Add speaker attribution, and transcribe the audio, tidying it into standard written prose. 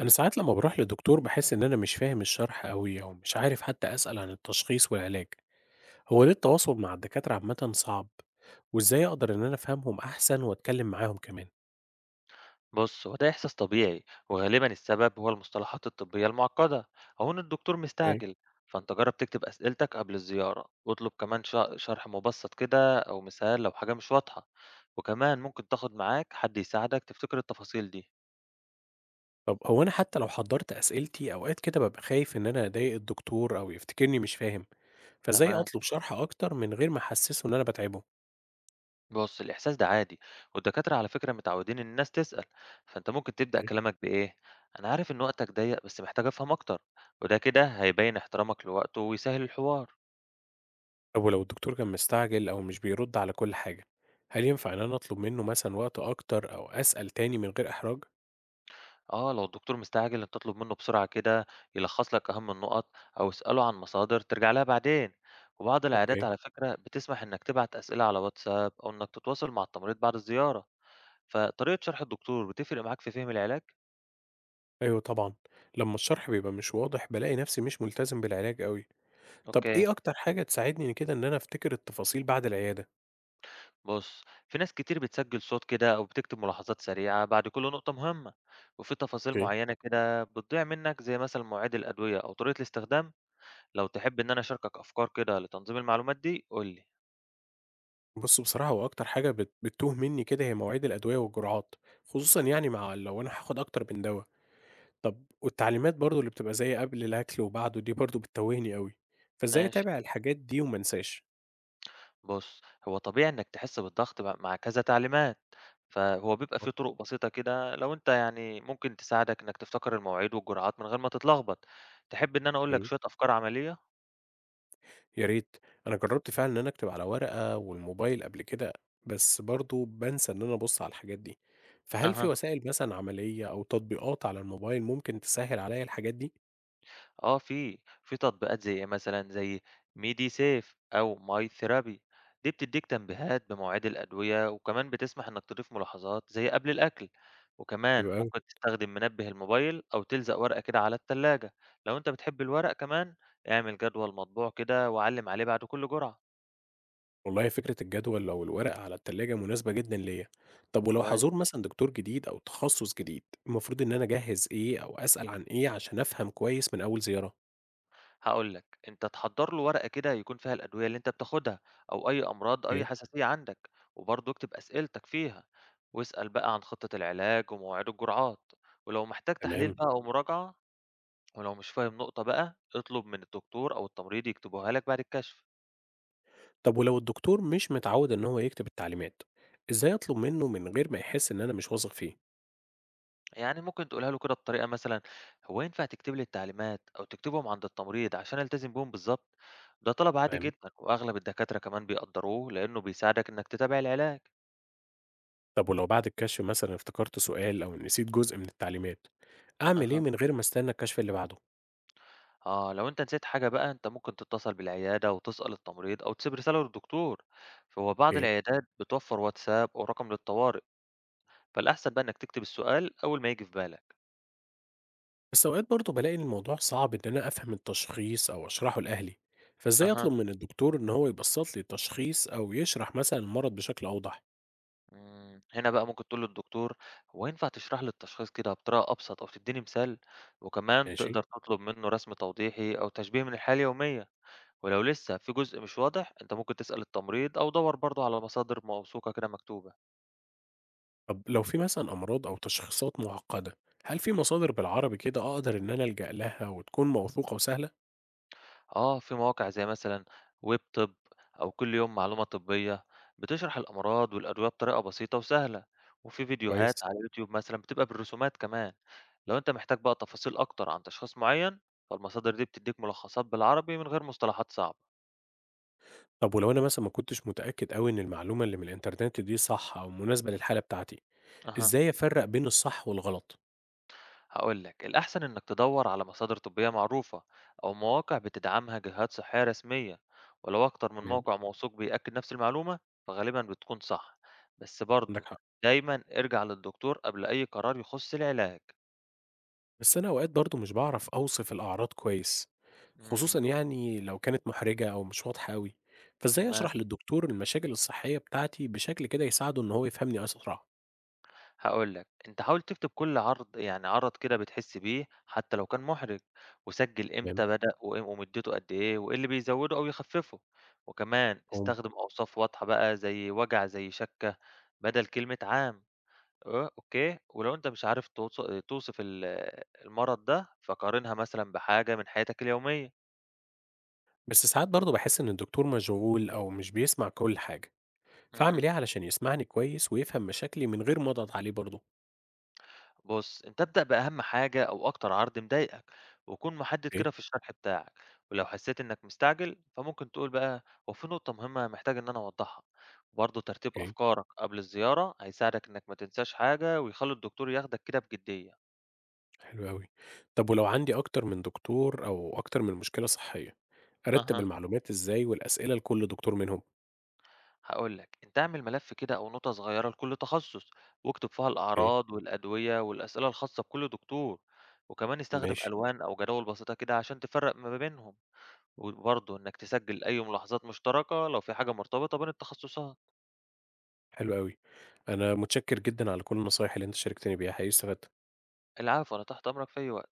Speaker 1: أنا ساعات لما بروح لدكتور بحس إن أنا مش فاهم الشرح أوي أو مش عارف حتى أسأل عن التشخيص والعلاج، هو ليه التواصل مع الدكاترة عامة صعب؟ وإزاي أقدر إن أنا أفهمهم أحسن وأتكلم معاهم كمان؟
Speaker 2: بص، هو ده إحساس طبيعي وغالبا السبب هو المصطلحات الطبية المعقدة أو إن الدكتور
Speaker 1: اوكي.
Speaker 2: مستعجل. فأنت جرب تكتب أسئلتك قبل الزيارة واطلب كمان شرح مبسط كده أو مثال لو حاجة مش واضحة. وكمان ممكن تاخد معاك حد يساعدك تفتكر التفاصيل دي.
Speaker 1: طب هو أنا حتى لو حضرت أسئلتي أوقات كده ببقى خايف إن أنا أضايق الدكتور أو يفتكرني مش فاهم، فإزاي
Speaker 2: تمام.
Speaker 1: أطلب شرح أكتر من غير ما أحسسه إن أنا بتعبه؟
Speaker 2: بص، الإحساس ده عادي، والدكاترة على فكرة متعودين إن الناس تسأل. فأنت ممكن تبدأ
Speaker 1: اوكي.
Speaker 2: كلامك بإيه: أنا عارف إن وقتك ضيق بس محتاج أفهم أكتر. وده كده هيبين احترامك لوقته ويسهل الحوار.
Speaker 1: طب ولو الدكتور كان مستعجل أو مش بيرد على كل حاجة، هل ينفع إن أنا أطلب منه مثلا وقت أكتر أو أسأل تاني من غير إحراج؟
Speaker 2: آه، لو الدكتور مستعجل أنت اطلب منه بسرعة كده يلخص لك أهم النقط، أو اسأله عن مصادر ترجع لها بعدين. وبعض العيادات
Speaker 1: اوكي.
Speaker 2: على فكرة بتسمح إنك تبعت أسئلة على واتساب، أو إنك تتواصل مع التمريض بعد الزيارة. فطريقة شرح الدكتور بتفرق معاك في فهم العلاج؟
Speaker 1: أيوه طبعًا، لمّا الشرح بيبقى مش واضح بالاقي نفسي مش ملتزم بالعلاج أوي. طب
Speaker 2: أوكي.
Speaker 1: إيه أكتر حاجة تساعدني كده إن أنا أفتكر التفاصيل بعد العيادة؟
Speaker 2: بص، في ناس كتير بتسجل صوت كده أو بتكتب ملاحظات سريعة بعد كل نقطة مهمة، وفي تفاصيل
Speaker 1: أوكي.
Speaker 2: معينة كده بتضيع منك زي مثلا مواعيد الأدوية أو طريقة الاستخدام. لو تحب إن أنا أشاركك أفكار كده لتنظيم المعلومات دي قولي.
Speaker 1: بُص بصراحة هو أكتر حاجة بتتوه مني كده هي مواعيد الأدوية والجرعات، خصوصًا يعني مع لو أنا هاخد أكتر من دوا. طب والتعليمات برضه اللي بتبقى زي قبل الأكل وبعده دي برضه بتتوهني أوي، فإزاي
Speaker 2: ماشي.
Speaker 1: أتابع الحاجات دي وما انساش؟
Speaker 2: بُص، هو طبيعي إنك تحس بالضغط مع كذا تعليمات، فهو بيبقى في طرق بسيطة كده لو أنت يعني ممكن تساعدك إنك تفتكر المواعيد والجرعات من غير ما تتلخبط. تحب إن أنا أقول لك شوية أفكار عملية؟
Speaker 1: يا ريت. انا جربت فعلا ان انا اكتب على ورقة والموبايل قبل كده، بس برضو بنسى ان انا ابص على الحاجات دي، فهل في
Speaker 2: أها.
Speaker 1: وسائل مثلا عملية او تطبيقات على الموبايل ممكن تسهل عليا الحاجات دي؟
Speaker 2: آه، في تطبيقات زي إيه مثلًا، زي MediSafe أو MyTherapy. دي بتدّيك تنبيهات بمواعيد الأدوية، وكمان بتسمح إنك تضيف ملاحظات زي قبل الأكل.
Speaker 1: حلو
Speaker 2: وكمان
Speaker 1: قوي.
Speaker 2: ممكن تستخدم منبه الموبايل أو تلزق ورقة كده على التلاجة. لو أنت بتحب الورق كمان، اعمل جدول مطبوع كده وعلّم عليه بعد كل جرعة.
Speaker 1: والله فكرة الجدول او الورقة على التلاجة مناسبة جدا ليا. طب ولو
Speaker 2: كويس.
Speaker 1: هزور مثلا دكتور جديد او تخصص جديد، المفروض ان انا اجهز ايه او اسأل عن ايه عشان افهم كويس من اول زيارة؟
Speaker 2: هاقول لك، أنت تحضّر له ورقة كده يكون فيها الأدوية اللي أنت بتاخدها، أو أي أمراض، أي
Speaker 1: اوكي.
Speaker 2: حساسية عندك. وبرضه اكتب أسئلتك فيها، واسأل بقى عن خطة العلاج ومواعيد الجرعات، ولو محتاج تحليل
Speaker 1: تمام.
Speaker 2: بقى أو مراجعة. ولو مش فاهم نقطة بقى اطلب من الدكتور أو التمريض يكتبوها لك بعد الكشف.
Speaker 1: طب ولو الدكتور مش متعود ان هو يكتب التعليمات، ازاي اطلب منه من غير ما يحس ان انا مش واثق فيه؟
Speaker 2: يعني ممكن تقولها له كده بطريقة مثلًا: هو ينفع تكتب لي التعليمات أو تكتبهم عند التمريض عشان ألتزم بيهم بالضبط؟ ده طلب عادي
Speaker 1: تمام.
Speaker 2: جدًا، وأغلب الدكاترة كمان بيقدّروه لإنه بيساعدك إنك تتابع العلاج.
Speaker 1: طب ولو بعد الكشف مثلا افتكرت سؤال أو نسيت جزء من التعليمات، أعمل إيه
Speaker 2: أها.
Speaker 1: من غير ما استنى الكشف اللي بعده؟
Speaker 2: آه، لو أنت نسيت حاجة بقى أنت ممكن تتصل بالعيادة وتسأل التمريض، أو تسيب رسالة للدكتور. فهو بعض
Speaker 1: أوكي.
Speaker 2: العيادات بتوفر واتساب أو رقم للطوارئ. فالأحسن بقى إنك تكتب السؤال أول ما يجي في بالك.
Speaker 1: بس أوقات برضه بلاقي إن الموضوع صعب إن أنا أفهم التشخيص أو أشرحه لأهلي، فإزاي أطلب
Speaker 2: أها.
Speaker 1: من الدكتور إن هو يبسط لي التشخيص أو يشرح مثلا المرض بشكل أوضح؟
Speaker 2: هنا بقى ممكن تقول للدكتور: هو ينفع تشرح لي التشخيص كده بطريقة أبسط أو تديني مثال؟ وكمان
Speaker 1: ماشي.
Speaker 2: تقدر تطلب منه رسم توضيحي أو تشبيه من الحالة اليومية. ولو لسه في جزء مش واضح، أنت ممكن تسأل التمريض أو دور برضه على مصادر موثوقة كده مكتوبة.
Speaker 1: طب لو في مثلا أمراض أو تشخيصات معقدة، هل في مصادر بالعربي كده أقدر إن أنا ألجأ لها وتكون موثوقة وسهلة؟
Speaker 2: آه، في مواقع زي مثلًا ويبطب، أو كل يوم معلومة طبية، بتشرح الأمراض والأدوية بطريقة بسيطة وسهلة. وفي
Speaker 1: كويس.
Speaker 2: فيديوهات على يوتيوب مثلًا بتبقى بالرسومات كمان. لو أنت محتاج بقى تفاصيل أكتر عن تشخيص معين، فالمصادر دي بتديك ملخصات بالعربي من غير مصطلحات صعبة.
Speaker 1: طب ولو أنا مثلا ما كنتش متأكد أوي إن المعلومة اللي من الإنترنت دي صح أو مناسبة للحالة بتاعتي،
Speaker 2: أها.
Speaker 1: إزاي أفرّق بين الصح والغلط؟
Speaker 2: هقول لك، الأحسن إنك تدور على مصادر طبية معروفة، أو مواقع بتدعمها جهات صحية رسمية. ولو أكتر من
Speaker 1: تمام.
Speaker 2: موقع موثوق بيأكد نفس المعلومة فغالبا بتكون صح. بس
Speaker 1: عندك
Speaker 2: برضه
Speaker 1: حق.
Speaker 2: دايما ارجع للدكتور قبل أي قرار يخص العلاج.
Speaker 1: بس أنا أوقات برضه مش باعرف أوصف الأعراض كويس،
Speaker 2: مم.
Speaker 1: خصوصًا يعني لو كانت محرجة أو مش واضحة أوي، فإزاي
Speaker 2: تمام.
Speaker 1: أشرح للدكتور المشاكل الصحية بتاعتي بشكل كده يساعده إن هو يفهمني أسرع؟
Speaker 2: هاقول لك، أنت حاول تكتب كل عرض يعني عرض كده بتحس بيه حتى لو كان محرج، وسجل
Speaker 1: تمام،
Speaker 2: إمتى بدأ ومدته قد إيه وإيه اللي بيزوده أو يخففه. وكمان
Speaker 1: مفهوم.
Speaker 2: استخدم أوصاف واضحة بقى زي وجع زي شَكّة، بدل كلمة عام. آه، أوكي، ولو أنت مش عارف توصف المرض ده فقارنها مثلًا بحاجة من حياتك اليومية.
Speaker 1: بس ساعات برضه باحس إن الدكتور مشغول أو مش بيسمع كل حاجة، فأعمل
Speaker 2: اهم.
Speaker 1: إيه علشان يسمعني كويس ويفهم مشاكلي من غير ما أضغط عليه برضه؟
Speaker 2: بُص، أنت ابدأ بأهم حاجة أو أكتر عرض مضايقك، وكون محدد
Speaker 1: أوكي،
Speaker 2: كده في الشرح بتاعك. ولو حسيت إنك مستعجل فممكن تقول بقى: هو في نقطة مهمة محتاج إن أنا أوضحها. وبرضه ترتيب
Speaker 1: أوكي.
Speaker 2: أفكارك قبل الزيارة هيساعدك إنك ما تنساش حاجة، ويخلّي الدكتور ياخدك كده بجدية.
Speaker 1: حلو أوي. طب ولو عندي أكتر من دكتور أو أكتر من مشكلة صحية، أرتّب
Speaker 2: أها.
Speaker 1: المعلومات إزاي والأسئلة لكل دكتور منهم؟
Speaker 2: هاقول لك، أنت اعمل ملف كده أو نوتة صغيرة لكل تخصص، واكتب فيها
Speaker 1: أوكي.
Speaker 2: الأعراض والأدوية والأسئلة الخاصة بكل دكتور. وكمان استخدم
Speaker 1: ماشي،
Speaker 2: ألوان أو جداول بسيطة كده عشان تفرق ما بينهم. وبرضه إنك تسجّل أي ملاحظات مشتركة لو في حاجة مرتبطة بين التخصصات.
Speaker 1: حلو أوي. أنا متشكر جدًا على كل النصايح اللي أنت شاركتني بيها، حقيقي استفدت.
Speaker 2: العفو، أنا تحت أمرك في أي وقت.